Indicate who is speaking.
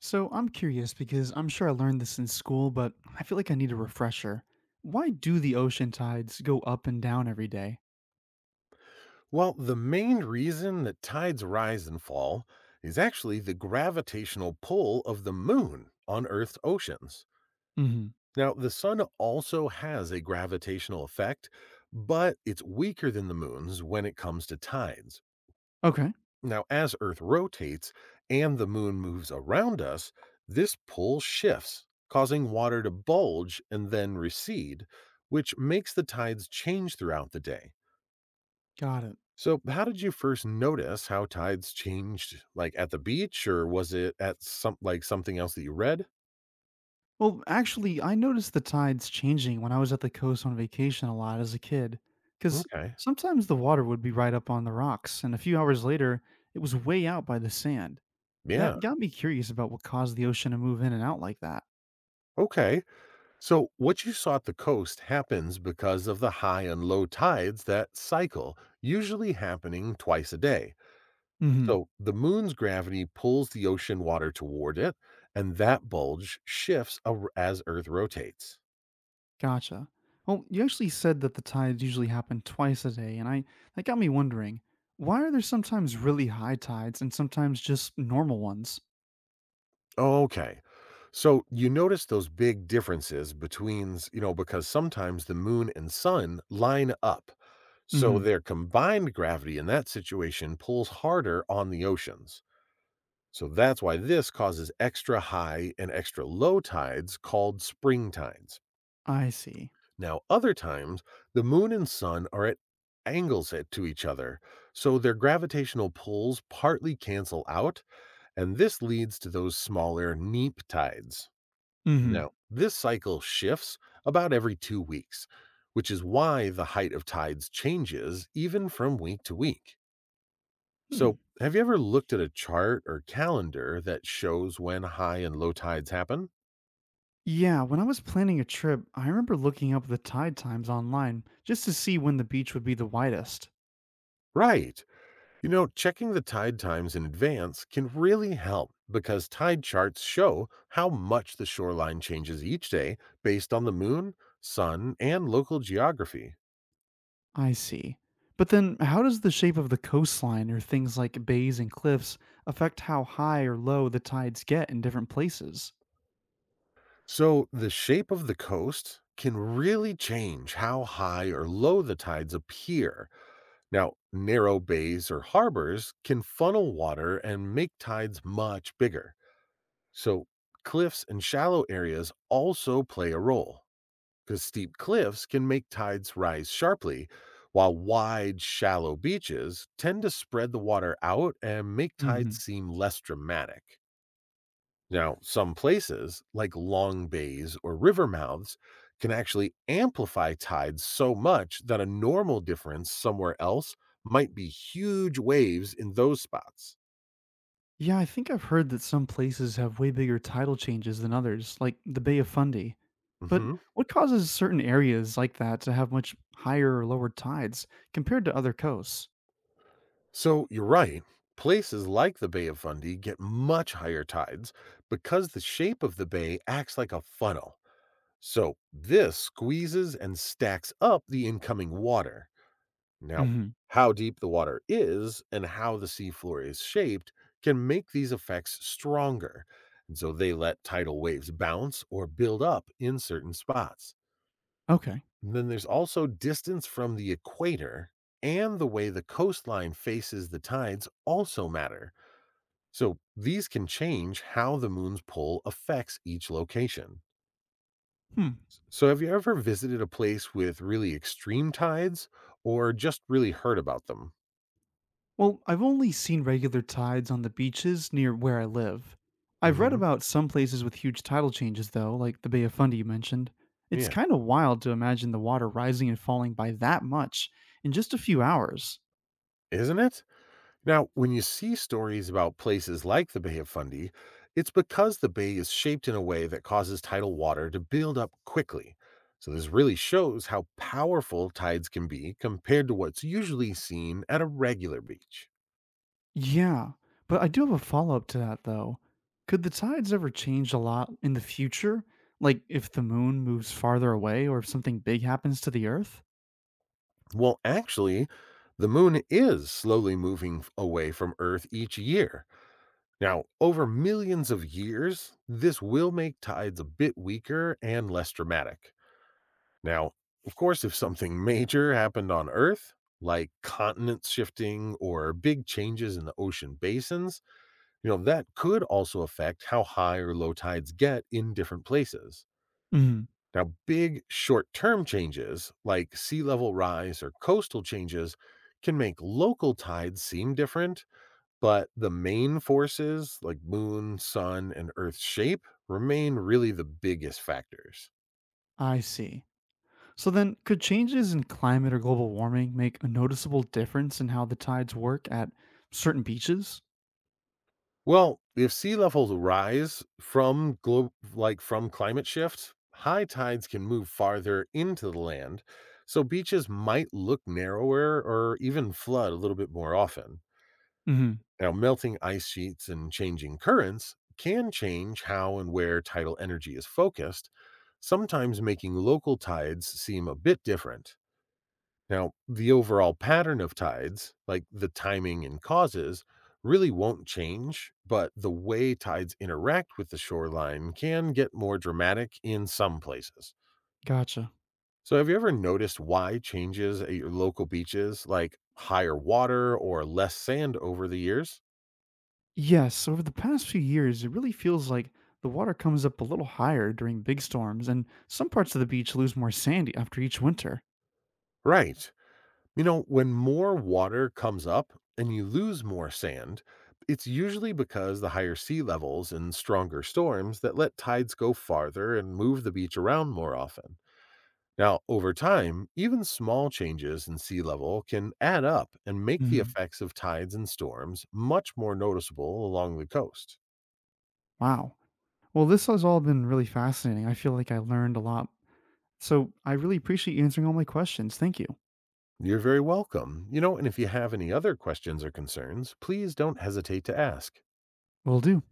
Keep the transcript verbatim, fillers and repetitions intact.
Speaker 1: So I'm curious because I'm sure I learned this in school, but I feel like I need a refresher. Why do the ocean tides go up and down every day?
Speaker 2: Well, the main reason that tides rise and fall is actually the gravitational pull of the moon on Earth's oceans.
Speaker 1: Mm-hmm.
Speaker 2: Now, the sun also has a gravitational effect, but it's weaker than the moon's when it comes to tides.
Speaker 1: Okay,
Speaker 2: Now, as Earth rotates and the moon moves around us, this pull shifts, causing water to bulge and then recede, which makes the tides change throughout the day.
Speaker 1: got it.
Speaker 2: So, how did you first notice how tides changed, like at the beach, or was it at some like something else that you read?
Speaker 1: Well, actually, I noticed the tides changing when I was at the coast on vacation a lot as a kid, because
Speaker 2: Okay.
Speaker 1: sometimes the water would be right up on the rocks, and a few hours later, it was way out by the sand.
Speaker 2: Yeah.
Speaker 1: That got me curious about what caused the ocean to move in and out like that.
Speaker 2: Okay. So, what you saw at the coast happens because of the high and low tides that cycle, usually happening twice a day.
Speaker 1: Mm hmm.
Speaker 2: So, the moon's gravity pulls the ocean water toward it, and that bulge shifts ar- as Earth rotates.
Speaker 1: Gotcha. Well, you actually said that the tides usually happen twice a day, and I that got me wondering, why are there sometimes really high tides and sometimes just normal ones?
Speaker 2: Okay. So you notice those big differences between, s- you know, because sometimes the moon and sun line up. So
Speaker 1: Mm-hmm.
Speaker 2: their combined gravity in that situation pulls harder on the oceans. So that's why this causes extra high and extra low tides called spring tides.
Speaker 1: I see.
Speaker 2: Now, other times, the moon and sun are at angles at- to each other. So their gravitational pulls partly cancel out. And this leads to those smaller neap tides.
Speaker 1: Mm-hmm.
Speaker 2: No, this cycle shifts about every two weeks, which is why the height of tides changes even from week to week.
Speaker 1: Hmm.
Speaker 2: So, have you ever looked at a chart or calendar that shows when high and low tides happen?
Speaker 1: Yeah, when I was planning a trip, I remember looking up the tide times online just to see when the beach would be the widest.
Speaker 2: Right. You know, checking the tide times in advance can really help because tide charts show how much the shoreline changes each day based on the moon, sun, and local geography.
Speaker 1: I see. But then how does the shape of the coastline or things like bays and cliffs affect how high or low the tides get in different places?
Speaker 2: So, the shape of the coast can really change how high or low the tides appear. Now, narrow bays or harbors can funnel water and make tides much bigger. So, cliffs and shallow areas also play a role because steep cliffs can make tides rise sharply, while wide, shallow beaches tend to spread the water out and make tides seem less dramatic. Now, some places, like long bays or river mouths, can actually amplify tides so much that a normal difference somewhere else might be huge waves in those spots.
Speaker 1: Yeah, I think I've heard that some places have way bigger title changes than others, like the Bay of Fundy. But
Speaker 2: Mhm.
Speaker 1: what causes certain areas like that to have much higher or lower tides compared to other coasts?
Speaker 2: So you're right. Places like the Bay of Fundy get much higher tides because the shape of the bay acts like a funnel. So this squeezes and stacks up the incoming water. Now,
Speaker 1: Hmm.
Speaker 2: how deep the water is and how the seafloor is shaped can make these effects stronger. And so they let tidal waves bounce or build up in certain spots.
Speaker 1: Okay.
Speaker 2: And then there's also distance from the equator and the way the coastline faces the tides also matter. So these can change how the moon's pull affects each location.
Speaker 1: Hmm.
Speaker 2: So, have you ever visited a place with really extreme tides or just really heard about them?
Speaker 1: Well, I've only seen regular tides on the beaches near where I live. I've read
Speaker 2: Hmm.
Speaker 1: about some places with huge tidal changes, though, like the Bay of Fundy you mentioned. It's
Speaker 2: Yeah.
Speaker 1: kind of wild to imagine the water rising and falling by that much in just a few hours.
Speaker 2: Isn't it? Now, when you see stories about places like the Bay of Fundy, it's because the bay is shaped in a way that causes tidal water to build up quickly. So, this really shows how powerful tides can be compared to what's usually seen at a regular beach.
Speaker 1: Yeah, but I do have a follow-up to that though. Could the tides ever change a lot in the future? Like if the moon moves farther away or if something big happens to the earth?
Speaker 2: Well, actually, the moon is slowly moving f- away from Earth each year. Now, over millions of years, this will make tides a bit weaker and less dramatic. Now, of course, if something major happened on Earth, like continents shifting or big changes in the ocean basins, you know, that could also affect how high or low tides get in different places.
Speaker 1: Mhm.
Speaker 2: Now, big short term changes like sea level rise or coastal changes can make local tides seem different, but the main forces like moon, sun, and Earth's shape remain really the biggest factors.
Speaker 1: I see. So then could changes in climate or global warming make a noticeable difference in how the tides work at certain beaches?
Speaker 2: Well, if sea levels rise from glo- like from climate shift, high tides can move farther into the land, so beaches might look narrower or even flood a little bit more often.
Speaker 1: Mhm.
Speaker 2: Now, melting ice sheets and changing currents can change how and where tidal energy is focused, sometimes making local tides seem a bit different. Now, the overall pattern of tides, like the timing and causes, really won't change, but the way tides interact with the shoreline can get more dramatic in some places.
Speaker 1: Gotcha.
Speaker 2: So, have you ever noticed why changes at your local beaches, like higher water or less sand over the years?
Speaker 1: Yes, over the past few years, it really feels like the water comes up a little higher during big storms, and some parts of the beach lose more sandy after each winter.
Speaker 2: Right. You know, when more water comes up and you lose more sand, it's usually because the higher sea levels and stronger storms that let tides go farther and move the beach around more often. Now, over time, even small changes in sea level can add up and make the
Speaker 1: Mhm.
Speaker 2: effects of tides and storms much more noticeable along the coast.
Speaker 1: Wow. Well, this has all been really fascinating. I feel like I learned a lot. So I really appreciate you answering all my questions. Thank you.
Speaker 2: You're very welcome. You know, and if you have any other questions or concerns, please don't hesitate to ask.
Speaker 1: Will do.